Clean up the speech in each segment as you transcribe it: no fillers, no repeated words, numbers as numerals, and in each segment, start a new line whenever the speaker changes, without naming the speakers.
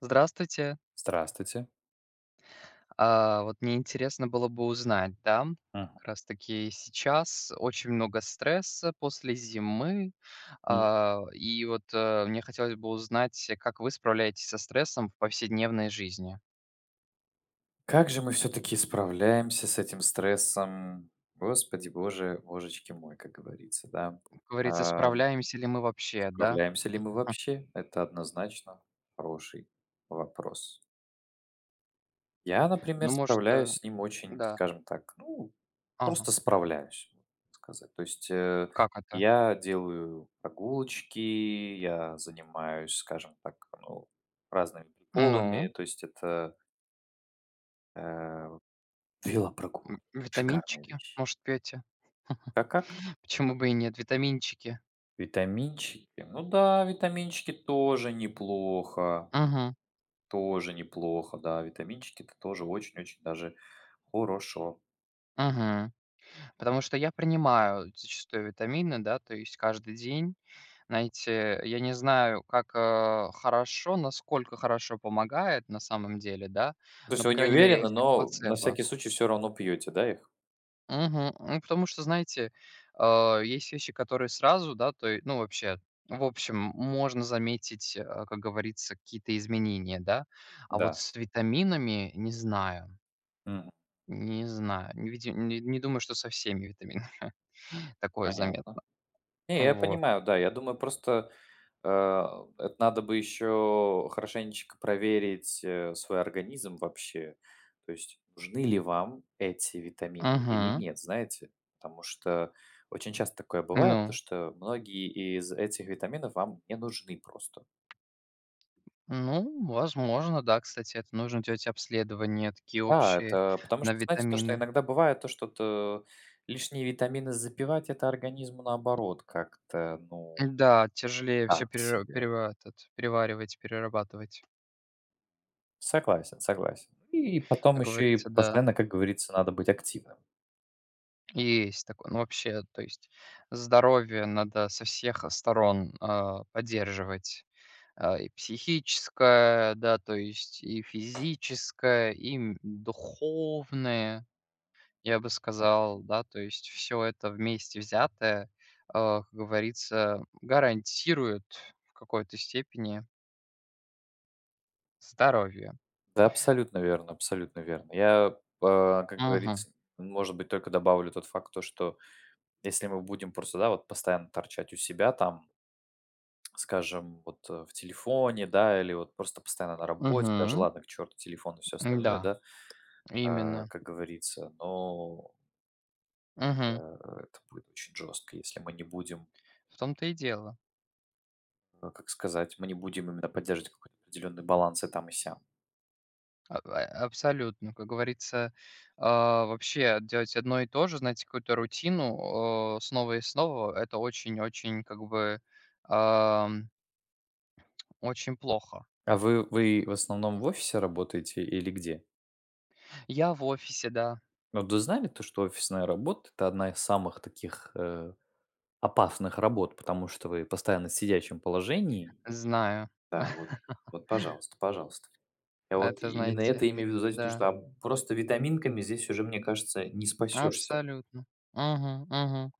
Здравствуйте.
Здравствуйте.
А, вот мне интересно было бы узнать, да,
Мгм.
как раз таки сейчас очень много стресса после зимы,
И
а, и вот, мне хотелось бы узнать, как вы справляетесь со стрессом в повседневной жизни?
как же мы все таки справляемся с этим стрессом? Господи боже, божечки мой, как говорится, да.
Как говорится,
Ам,
справляемся ли мы вообще, да?
Справляемся ли мы вообще? Это однозначно хороший вопрос. Я, например,
Ну, может,
справляюсь с ним очень,
да.
скажем так, ну,
Ага.
просто справляюсь, можно сказать. То есть,
Как это?
я делаю прогулочки, я занимаюсь, скажем так, ну, разными приколами.
Ну,
То есть это. э Велопрогулки. Шикарная
витаминчики,
вещь.
может, пьете?
Как-как?
Почему бы и нет, витаминчики?
Витаминчики. Ну да, витаминчики тоже неплохо.
Мгм.
Тоже неплохо, да. Витаминчики это тоже очень-очень даже хорошо.
Мгм. Потому что я принимаю зачастую витамины, да, то есть каждый день. Знаете, я не знаю, как хорошо, насколько хорошо помогает на самом деле, да,
То есть
но,
вы
по
не
крайней мере,
уверены,
эффект
но на
плацебо.
всякий случай все равно пьете, да, их?
Мгм. Ну, потому что, знаете, есть вещи, которые сразу, да, то есть, ну, вообще, в общем, можно заметить, как говорится, какие-то изменения, да, а вот
Да.
с витаминами не знаю,
Мгм.
не, думаю, что со всеми витаминами такое
Понятно.
заметно.
Не, я
Вот.
понимаю, да. Я думаю, просто. Это надо бы еще хорошенечко проверить, свой организм вообще. То есть нужны ли вам эти витамины или
Мгм.
нет, знаете. Потому что очень часто такое
Ну
бывает, то что многие из этих витаминов вам не нужны просто.
ну, возможно, да, кстати, это нужно делать обследования такие
Да,
общие
это потому
на
что, знаете, то, что
витамины.
иногда бывает, то, что т лишние витамины запивать — это организму, наоборот, как-то, ну,
Да, тяжелее все
так себе.
переваривать, перерабатывать,
Согласен, согласен. И потом
как
еще и
говорится, да.
постоянно, как говорится, надо быть активным.
Есть такое. Ну, вообще, то есть здоровье надо со всех сторон, а, поддерживать, а, и психическое, да, то есть и физическое, и духовное. Я бы сказал, да, то есть все это вместе взятое, а, как говорится, гарантирует в какой-то степени здоровье.
Да, абсолютно верно, абсолютно верно. Я, как
Мгм.
говорится, может быть, только добавлю тот факт, то, что если мы будем просто, да, вот постоянно торчать у себя там, скажем, вот в телефоне, да, или вот просто постоянно на работе, даже
Мгм.
ладно, к черту телефон и все остальное,
Да,
да,
именно.
как говорится, но
Мгм.
это будет очень жестко, если мы не будем,
В том-то и дело.
как сказать, мы не будем именно поддерживать какой-то определенный баланс и там и сям.
А абсолютно. Как говорится, а, вообще делать одно и то же, знаете, какую-то рутину, снова и снова — это очень-очень, как бы, ам, очень плохо.
А вы в основном в офисе работаете или где?
Я в офисе, да,
Ну, вы знали то, что офисная работа — это одна из самых таких, опасных работ, потому что вы постоянно в сидячем положении?
знаю.
Да, вот вот, пожалуйста, пожалуйста. Я вот
Это,
именно
знаете,
это имею в виду, знаете, то,
да,
что, просто витаминками здесь уже, мне кажется, не спасешься.
абсолютно. Мгм, мгм.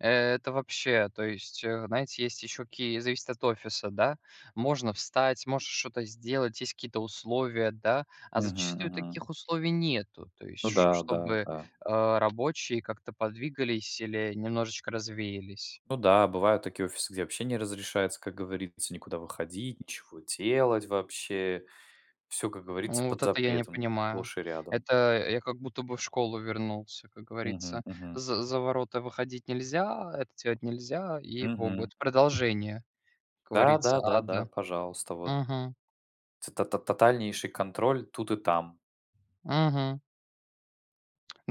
Э, это вообще, то есть, знаете, есть еще какие зависит от офиса, да. Можно встать, можно что-то сделать, есть какие-то условия, да, а
Мгм,
зачастую
мгм.
таких условий нету. То есть,
Ну
ш
да, да,
чтобы,
да.
рабочие как-то подвигались или немножечко развеялись.
Ну да, бывают такие офисы, где вообще не разрешается, как говорится, никуда выходить, ничего делать вообще. Все, как говорится,
Ну,
под
вот это я не
запретом
понимаю.
сплошь и рядом.
Это я как будто бы в школу вернулся, как
Мгм,
говорится.
мгм,
За ворота выходить нельзя, это делать нельзя, и богу.
мгм.
Это продолжение, как говорится,
Да-да-да-да,
ада.
пожалуйста, вот.
Угу,
Тотальнейший контроль тут и там.
угу,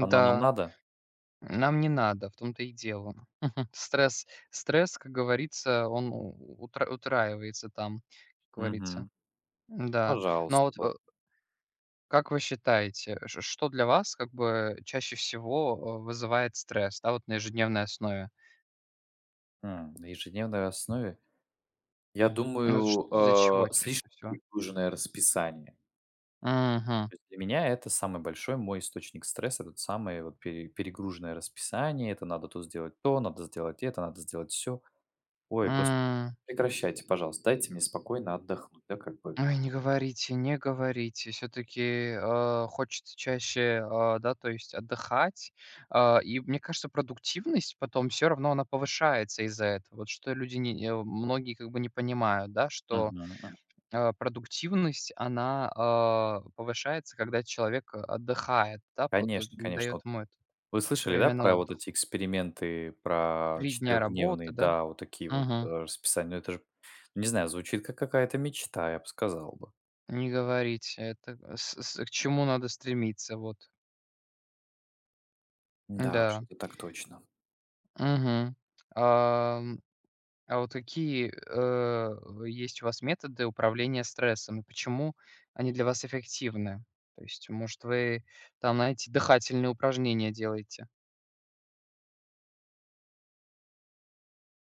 Оно нам надо?
нам не надо, в том-то и дело. Стресс, стресс, как говорится, он у утра утраивается там, как говорится.
Мгм.
Да. Но
Пожалуйста,
вот,
вот.
как вы считаете, ш что для вас как бы чаще всего, вызывает стресс, да, вот на ежедневной основе?
На ежедневной основе? Я
Ну, ш
думаю,
из-за чего
слишком
чаще всего?
перегруженное расписание.
Мгм.
То есть для меня это самый большой мой источник стресса, этот самый вот перегруженное расписание. Это надо то сделать то, надо сделать это, надо сделать все. Ой, господи, прекращайте, пожалуйста, дайте мне спокойно отдохнуть, да, как бы.
Ой, не говорите, не говорите. Все таки хочется чаще, а, да, то есть отдыхать. А, и мне кажется, продуктивность потом все равно она повышается из-за этого. Вот что люди не многие как бы не понимают, да, что,
Мгм, м.
а, продуктивность, она, а, повышается, когда человек отдыхает, да, вот,
Конечно, конечно.
дает ему это
Вы слышали, да,
время на
про вот
отдых.
эти эксперименты, про
3 дня работы,
четырехдневные,
да?
да, вот такие вот,
Мгм.
расписания? Ну, это же, не знаю, звучит как какая-то мечта, я бы сказал бы.
Не говорите, это с к чему надо стремиться, вот.
Да уж,
Да,
это так точно.
мгм. Ам, а вот какие, есть у вас методы управления стрессом и почему они для вас эффективны? То есть, может, вы там, знаете, дыхательные упражнения делаете?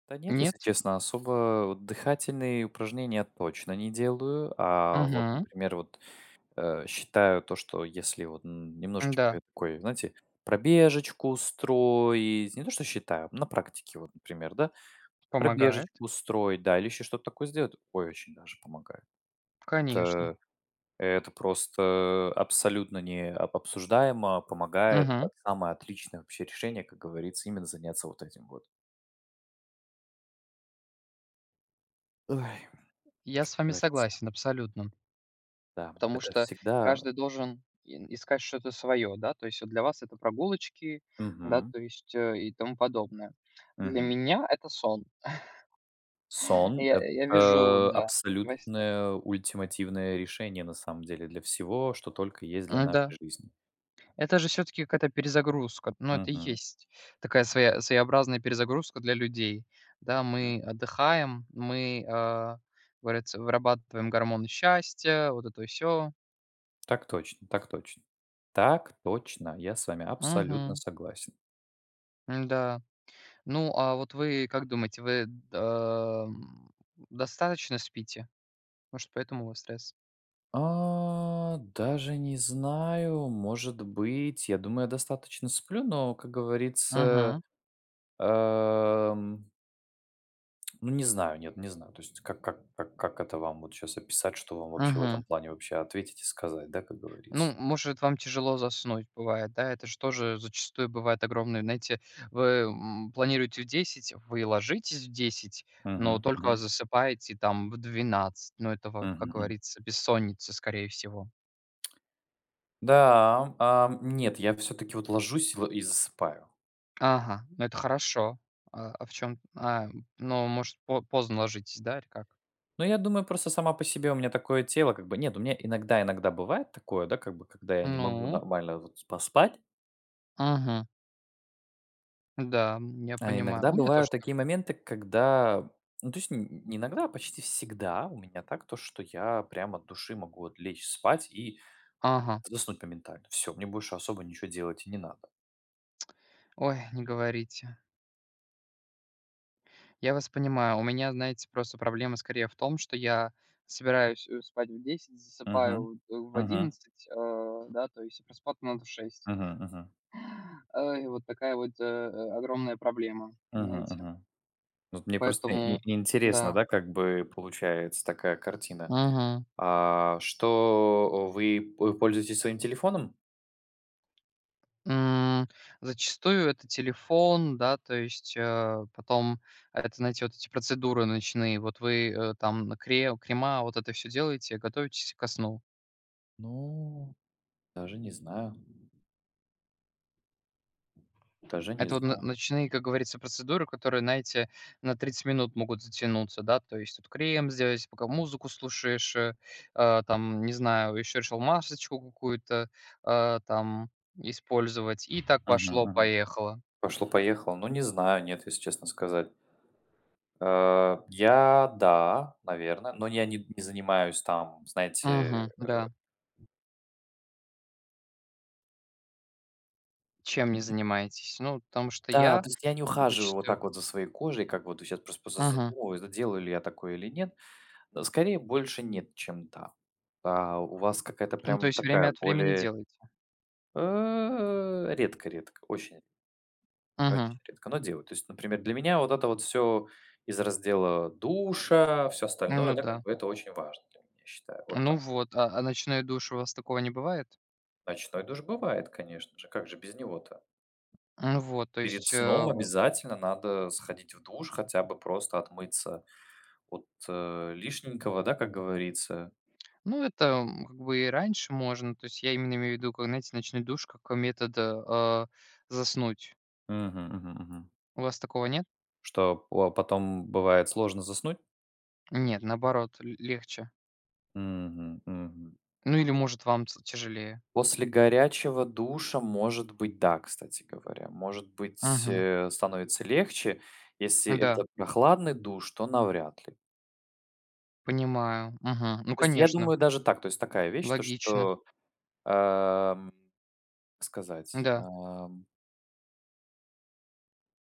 Да нет, если
Нет?
честно, особо вот дыхательные упражнения точно не делаю. А вот,
Угу.
например, вот, считаю то, что если вот,
Да,
немножечко такой, знаете, пробежечку устроить, не то что считаю, на практике вот, например, да,
помогает,
пробежечку устроить, да, или еще что-то такое сделать, ой, очень даже помогает.
конечно.
Э, Это просто абсолютно не об обсуждаемо, помогает.
Мгм.
Это самое отличное вообще решение, как говорится, именно заняться вот этим вот. Ой,
Я
как
с вами
говорится,
согласен абсолютно.
да,
Потому
это
что
всегда.
каждый должен и искать что-то свое, да. То есть вот для вас это прогулочки, да,
Мгм,
то есть, и тому подобное. Для
мгм.
меня это сон.
Сон —
Я вижу,
это
да, во сне.
абсолютное ультимативное решение, на самом деле, для всего, что только есть для
М-да.
нашей жизни.
Это же все таки какая-то перезагрузка. Ну, это и
Мгм,
есть такая своя своеобразная перезагрузка для людей. Да,
м.
мы отдыхаем, мы, говорится, вырабатываем гормоны счастья, вот это все.
Так точно, так точно. Так точно, я с вами абсолютно
Угу.
согласен.
Да. Ну, а вот вы как думаете, вы, достаточно спите? Может, поэтому у вас стресс?
Даже не знаю, может быть. Я думаю, я достаточно сплю, но, как говорится,
Мгм,
эм, ну, не знаю, нет, не знаю. То есть как это вам вот сейчас описать, что вам вообще в этом
мгм.
плане вообще ответить и сказать, да, как
Ну,
говорится?
может, вам тяжело заснуть бывает, да? Это же тоже зачастую бывает огромный, знаете, вы, планируете в 10, вы ложитесь в 10, но
Мгм,
только
мгм,
засыпаете там в 12. Ну, это, во как
мгм, мгм.
говорится, бессонница, скорее всего.
Да, нет, я все таки вот ложусь и засыпаю.
Ага, ну это хорошо. А в чем? А, ну, может, по поздно ложитесь, да, или как?
Но я думаю, просто сама по себе у меня такое тело как бы нет, у меня иногда бывает такое, да, как бы, когда я не могу
Ну,
нормально вот поспать.
мгм. Да, я
А
понимаю.
иногда
У меня тоже
бывают
так.
такие моменты, когда ну, то есть н не иногда, а почти всегда у меня так, то, что я прямо от души могу вот лечь спать и
Ага.
заснуть моментально. Все, мне больше особо ничего делать и не надо.
Ой, не говорите. Я вас понимаю. У меня, знаете, просто проблема скорее в том, что я собираюсь спать в 10, засыпаю
Мгм.
вот, в
Мгм.
11, да, то есть проспать надо в 6.
Мгм. Мгм.
И вот такая вот огромная проблема,
Мгм.
знаете.
Мгм. Вот мне просто и
Поэтому,
и интересно,
да.
да, как бы получается такая картина.
Мгм.
Что вы п пользуетесь своим телефоном?
М, зачастую это телефон, да, то есть, потом это, знаете, вот эти процедуры ночные. Вот вы, там на крема, вот это все делаете, готовитесь ко сну.
Ну, даже не знаю, даже не
Это вот н
знаю.
ночные, как говорится, процедуры, которые, знаете, на 30 минут могут затянуться, да. То есть тут крем сделать, пока музыку слушаешь, там, не знаю, еще решил масочку какую-то, там использовать. И так
Мгм. Мгм.
пошло-поехало.
Пошло-поехало. Ну, не знаю, нет, если честно сказать. Я да, наверное, но я не занимаюсь там, знаете.
Мгм, да. Чем не занимаетесь? Ну, потому что
Да,
я.
то есть я не ухаживаю вот
Зачастую.
так вот за своей кожей, как вот сейчас просто
Мгм.
задумываюсь, да, делаю ли я такое или нет. Скорее, больше нет, чем да. А у вас какая-то
Ну, то
прям
есть
такая
время от времени
более,
делаете.
редко-редко, очень
Мгм.
очень редко, но делаю. То есть, например, для меня вот это вот все из раздела душа, все остальное,
Ну
да, как
да.
бы это очень важно для меня, я считаю. Вот так.
Ну вот, а ночной душ у вас такого не бывает?
Ночной душ бывает, конечно же, как же без него-то?
Ну вот, то
Перед
есть,
сном обязательно надо сходить в душ, хотя бы просто отмыться от, лишненького, да, как говорится.
ну, это, как бы и раньше можно. То есть я именно имею в виду, как, знаете, ночной душ как метод, заснуть.
Мгм, мгм, мгм.
У вас такого нет?
Что по потом бывает сложно заснуть?
Нет, наоборот, л легче.
Мгм, мгм.
Ну или, может, вам ц тяжелее.
После горячего душа, может быть, да, кстати говоря. Может быть,
Мгм.
становится легче. Если
Да,
это прохладный душ, то навряд ли.
понимаю. Мгм. Ну,
То есть я
конечно,
думаю даже так, то есть такая вещь, то
логично.
что, эм, как сказать,
Да.
эм,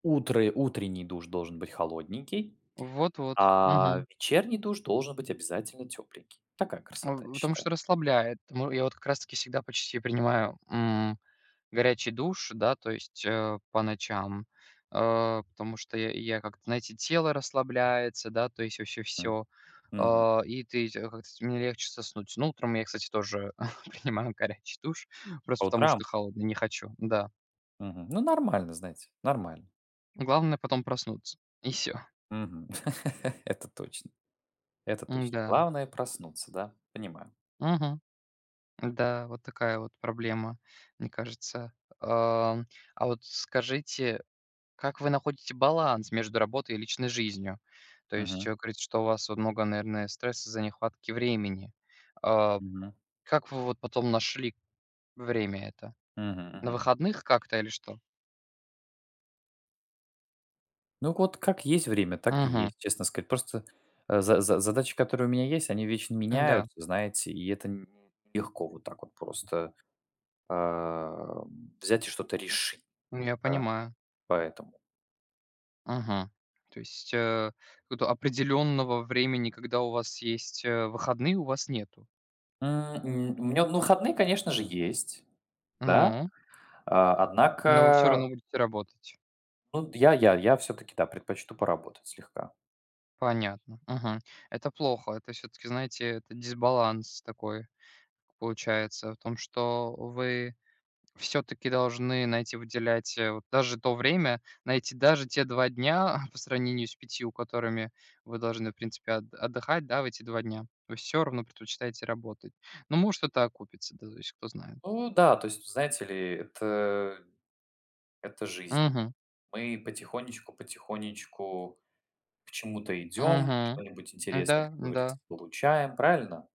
Утро утренний душ должен быть холодненький,
Вот-вот.
а
Мгм.
вечерний душ должен быть обязательно тепленький. Такая
А,
красота, я
потому
считаю.
что расслабляет. Мо я вот как раз таки всегда почти принимаю, горячий душ, да, то есть, по ночам, потому что я как-то, знаете, тело расслабляется, да, то есть вообще
М.
все.
Мгм.
И ты тя как-то мне легче заснуть. Ну, утром я, кстати, тоже принимаю горячий душ,
По
просто потому
утрам?
что холодный не хочу, да.
Мгм. Ну, нормально, знаете, нормально.
Главное потом проснуться, и все.
Мгм. Это точно, это точно.
М-да.
Главное проснуться, да? Понимаю.
Мгм. Да, вот такая вот проблема, мне кажется. Ам, а вот скажите. Как вы находите баланс между работой и личной жизнью? То есть,
Мгм.
говорите, что у вас вот много, наверное, стресса из-за нехватки времени. А,
Мгм.
как вы вот потом нашли время это?
Мгм.
На
Мгм.
выходных как-то или что?
Ну вот как есть время, так и
Мгм.
есть, честно сказать. Просто, за за задачи, которые у меня есть, они вечно
Да,
меняются, знаете, и это н нелегко вот так вот просто, взять и что-то решить.
я
Да,
понимаю.
поэтому.
Мгм. То есть, какого-то определенного времени, когда у вас есть, выходные, у вас нету.
М, у меня, ну, выходные, конечно же, есть, да,
Ну,
а,
но вы все
однако,
равно будете работать.
ну, я все таки да, предпочту поработать слегка.
Понятно. Мгм. Это плохо. Это все таки знаете, это дисбаланс такой. Получается, в том, что вы все-таки должны найти, выделять вот даже то время, найти даже те 2 дня по сравнению с 5, которыми вы должны, в принципе, отдыхать, да, в эти 2 дня. Вы все равно предпочитаете работать. Ну, может, это окупится, да, то есть кто знает.
Ну да, то есть, знаете ли, это жизнь.
Угу,
Мы потихонечку потихонечку к чему-то идем,
угу.
что-нибудь интересное,
Да,
как говорится,
да,
получаем, правильно?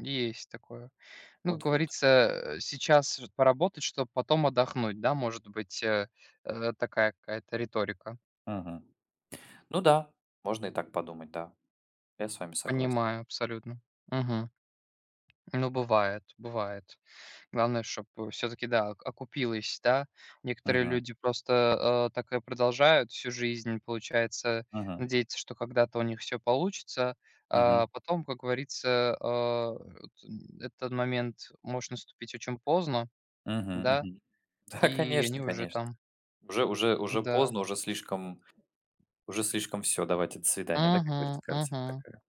есть такое. Ну, как
Вот-вот.
говорится, сейчас поработать, чтобы потом отдохнуть, да, может быть, такая какая-то риторика.
Мгм. Ну да, можно и так подумать, да. Я с вами согласен.
Понимаю абсолютно. Мгм. Ну, бывает, бывает. Главное, чтобы все-таки, да, окупилось, да. Некоторые
Мгм,
люди просто так и продолжают всю жизнь, получается,
мгм,
надеяться, что когда-то у них все получится,
мгм,
а потом, как говорится, вот, этот момент может наступить очень поздно,
мгм,
да,
мгм. Да,
и
конечно,
они уже
конечно.
там,
Уже
да,
поздно, уже слишком все, давайте до свидания, да, как
угу,
говорится, картина
угу,
такая.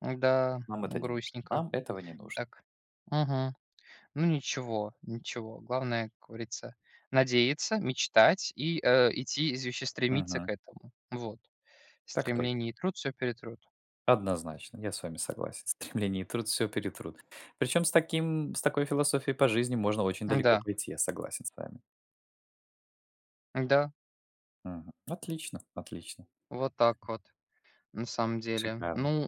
да,
Нам это не нужно,
грустненько,
нам этого не нужно.
так, угу. Ну ничего, ничего. Главное, как говорится, надеяться, мечтать и, идти, из стремиться
Мгм.
к этому. Вот.
Так точно.
Стремление и труд все перетрут.
Однозначно, я с вами согласен. Стремление и труд все перетрут. Причем с таким с такой философией по жизни можно очень далеко
Да,
пойти, я согласен с вами.
да,
Мгм. Отлично, отлично.
вот так вот, на самом деле.
Шикарно.
Ну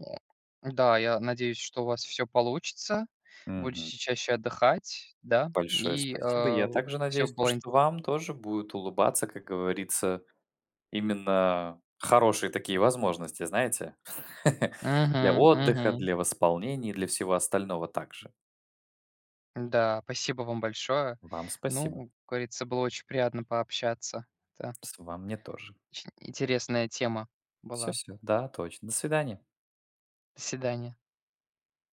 да, я надеюсь, что у вас все получится.
Мгм.
Будете чаще отдыхать, да,
Большое
и,
спасибо. Я также
все
надеюсь, то,
было
что
интересно.
вам тоже будет улыбаться, как говорится. Именно хорошие такие возможности, знаете,
Мгм,
для отдыха,
мгм.
для восполнений, для всего остального также.
Да, спасибо вам большое.
Вам спасибо.
Ну, как говорится, было очень приятно пообщаться. Да.
С вам мне тоже.
Очень интересная тема
Все
была.
все Да, точно. До свидания.
До свидания.